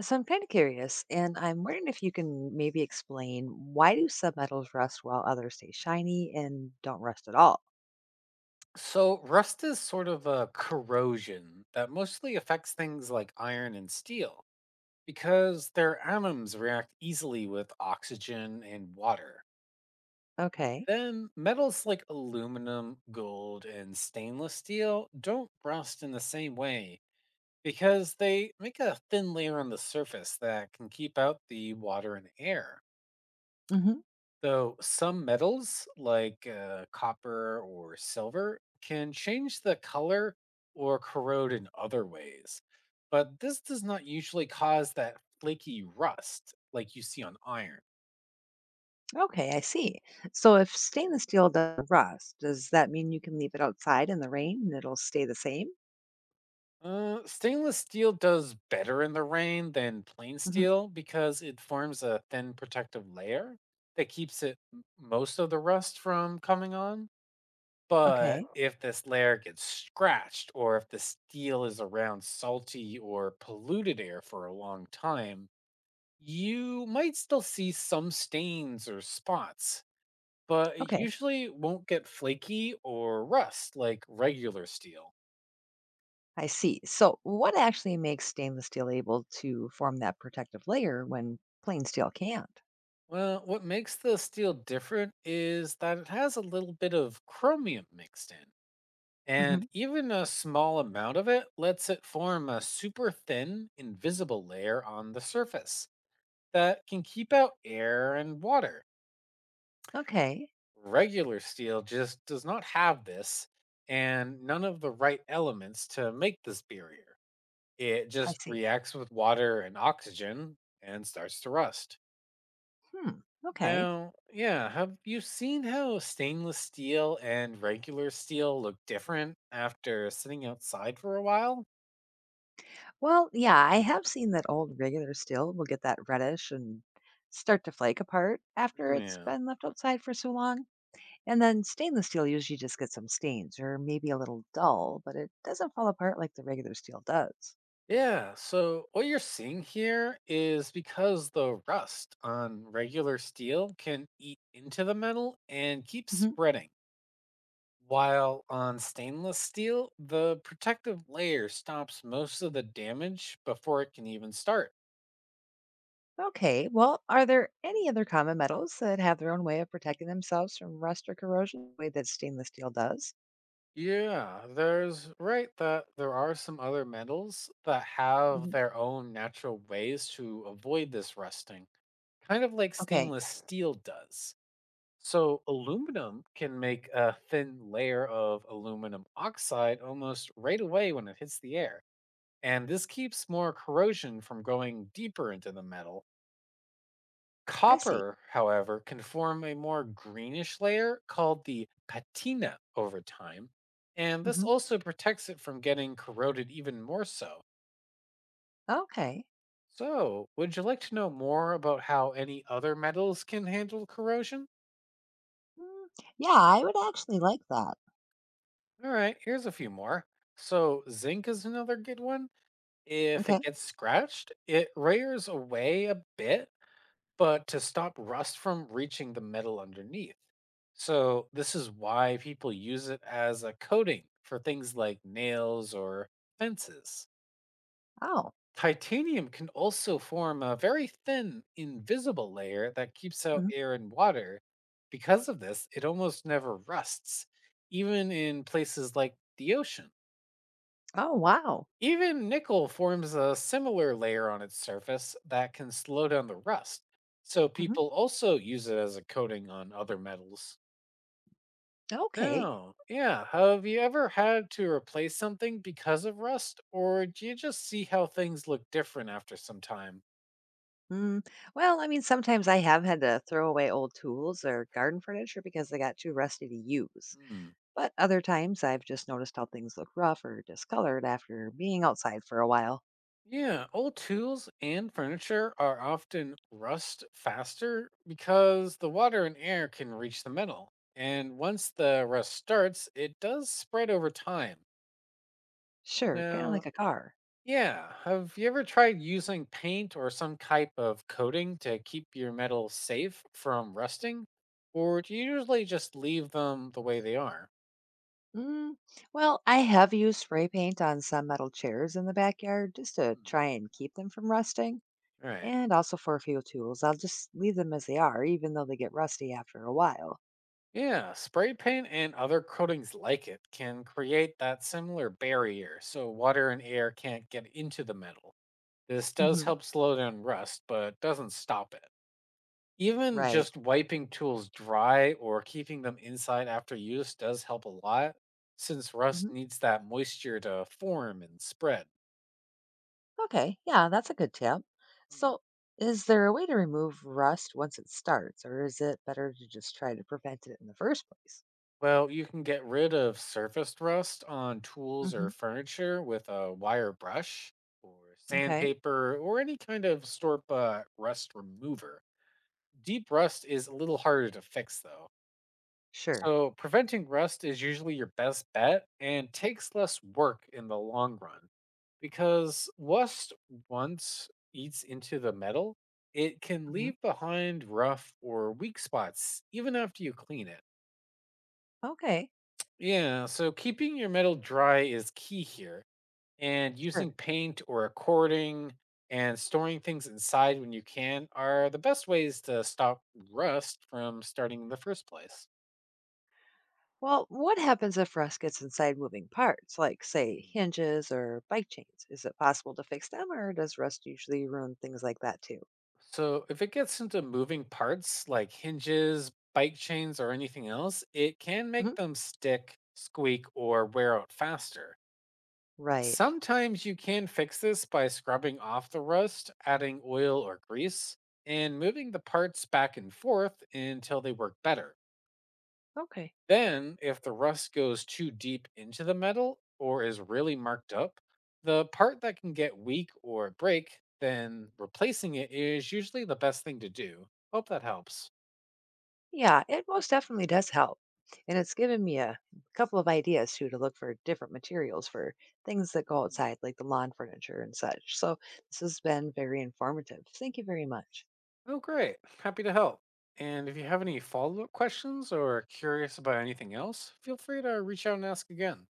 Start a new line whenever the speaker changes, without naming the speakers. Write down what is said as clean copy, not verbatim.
So I'm kind of curious, and I'm wondering if you can maybe explain why do some metals rust while others stay shiny and don't rust at all?
So, rust is sort of a corrosion that mostly affects things like iron and steel because their atoms react easily with oxygen and water.
Okay.
Then, metals like aluminum, gold, and stainless steel don't rust in the same way because they make a thin layer on the surface that can keep out the water and air.
Hmm.
So some metals like copper or silver can change the color or corrode in other ways, but this does not usually cause that flaky rust like you see on iron.
Okay, I see. So if stainless steel doesn't rust, does that mean you can leave it outside in the rain and it'll stay the same?
Stainless steel does better in the rain than plain
Hmm.
steel because it forms a thin protective layer that keeps it most of the rust from coming on. But
Okay,
if this layer gets scratched, or if the steel is around salty or polluted air for a long time, you might still see some stains or spots, but it
okay,
usually won't get flaky or rust like regular steel.
I see. So what actually makes stainless steel able to form that protective layer when plain steel can't?
Well, what makes the steel different is that it has a little bit of chromium mixed in,
Hmm.
and even a small amount of it lets it form a super thin, invisible layer on the surface that can keep out air and water.
Okay,
Regular steel just does not have this and none of the right elements to make this barrier. It
I
just
see.
reacts with water and oxygen and starts to rust.
Hmm, okay.
Now, yeah, have you seen how stainless steel and regular steel look different after sitting outside for a while?
Well, yeah, I have seen that old regular still will get that reddish and start to flake apart after
Hmm.
it's
Yeah.
been left outside for so long. And then stainless steel usually just gets some stains or maybe a little dull, but it doesn't fall apart like the regular steel does.
Yeah, so what you're seeing here is because the rust on regular steel can eat into the metal and keep
Hmm.
spreading, while on stainless steel, the protective layer stops most of the damage before it can even start.
Okay, well, are there any other common metals that have their own way of protecting themselves from rust or corrosion the way that stainless steel does?
Yeah, there's right that there are some other metals that have
Hmm.
their own natural ways to avoid this rusting, kind of like
Okay,
stainless steel does. So aluminum can make a thin layer of aluminum oxide almost right away when it hits the air. And this keeps more corrosion from going deeper into the metal.
I see.
Copper, however, can form a more greenish layer called the patina over time. And this
Hmm.
also protects it from getting corroded even more so.
Okay.
So, would you like to know more about how any other metals can handle corrosion?
Mm, yeah, I would actually like that.
All right, here's a few more. So, zinc is another good one. If
Okay.
it gets scratched, it rears away a bit, but to stop rust from reaching the metal underneath. So, this is why people use it as a coating for things like nails or fences.
Oh.
Titanium can also form a very thin, invisible layer that keeps out
Mhm.
air and water. Because of this, it almost never rusts, even in places like the ocean.
Oh, wow.
Even nickel forms a similar layer on its surface that can slow down the rust, so
Mhm.
people also use it as a coating on other metals.
Okay.
No, yeah, have you ever had to replace something because of rust, or do you just see how things look different after some time?
Mm, well, I mean, sometimes I have had to throw away old tools or garden furniture because they got too rusty to use.
Hmm.
But other times I've just noticed how things look rough or discolored after being outside for a while.
Yeah, old tools and furniture are often rust faster because the water and air can reach the metal. And once the rust starts, it does spread over time.
Sure, kind of
Now,
like a car.
yeah, have you ever tried using paint or some type of coating to keep your metals safe from rusting? Or do you usually just leave them the way they are?
Mm, well, I have used spray paint on some metal chairs in the backyard just to
Hmm.
try and keep them from rusting.
Right.
And also for a few tools, I'll just leave them as they are, even though they get rusty after a while.
Yeah, spray paint and other coatings like it can create that similar barrier so water and air can't get into the metal. This does
Hmm.
help slow down rust, but doesn't stop it. Even
Right.
just wiping tools dry or keeping them inside after use does help a lot, since
Mm-hmm.
rust needs that moisture to form and spread.
Okay, yeah, that's a good tip.
Hmm.
So, is there a way to remove rust once it starts, or is it better to just try to prevent it in the first place?
Well, you can get rid of surfaced rust on tools
Hmm.
or furniture with a wire brush or
Okay,
sandpaper or any kind of Storpa rust remover. Deep rust is a little harder to fix, though.
sure.
So, preventing rust is usually your best bet and takes less work in the long run. Because rust once eats into the metal, it can
Hmm.
leave behind rough or weak spots even after you clean it.
Okay,
Yeah, so keeping your metal dry is key here, and
sure.
using paint or a cording and storing things inside when you can are the best ways to stop rust from starting in the first place.
Well, what happens if rust gets inside moving parts, like, say,
Hmm.
hinges or bike chains? Is it possible to fix them, or does rust usually ruin things like that too?
So if it gets into moving parts like hinges, bike chains, or anything else, it can
Hmm.
make them stick, squeak, or wear out faster.
Right.
Sometimes you can fix this by scrubbing off the rust, adding oil or grease, and moving the parts back and forth until they work better.
Okay.
Then, if the rust goes too deep into the metal or is really marked up, the part that can get weak or break, then replacing it is usually the best thing to do. Hope that helps.
Yeah, it most definitely does help. And it's given me a couple of ideas too to look for different materials for things that go
Hmm.
outside, like the lawn furniture and such. So this has been very informative. Thank you very much.
Oh, great. Happy to help. And if you have any follow up questions or are curious about anything else, feel free to reach out and ask again.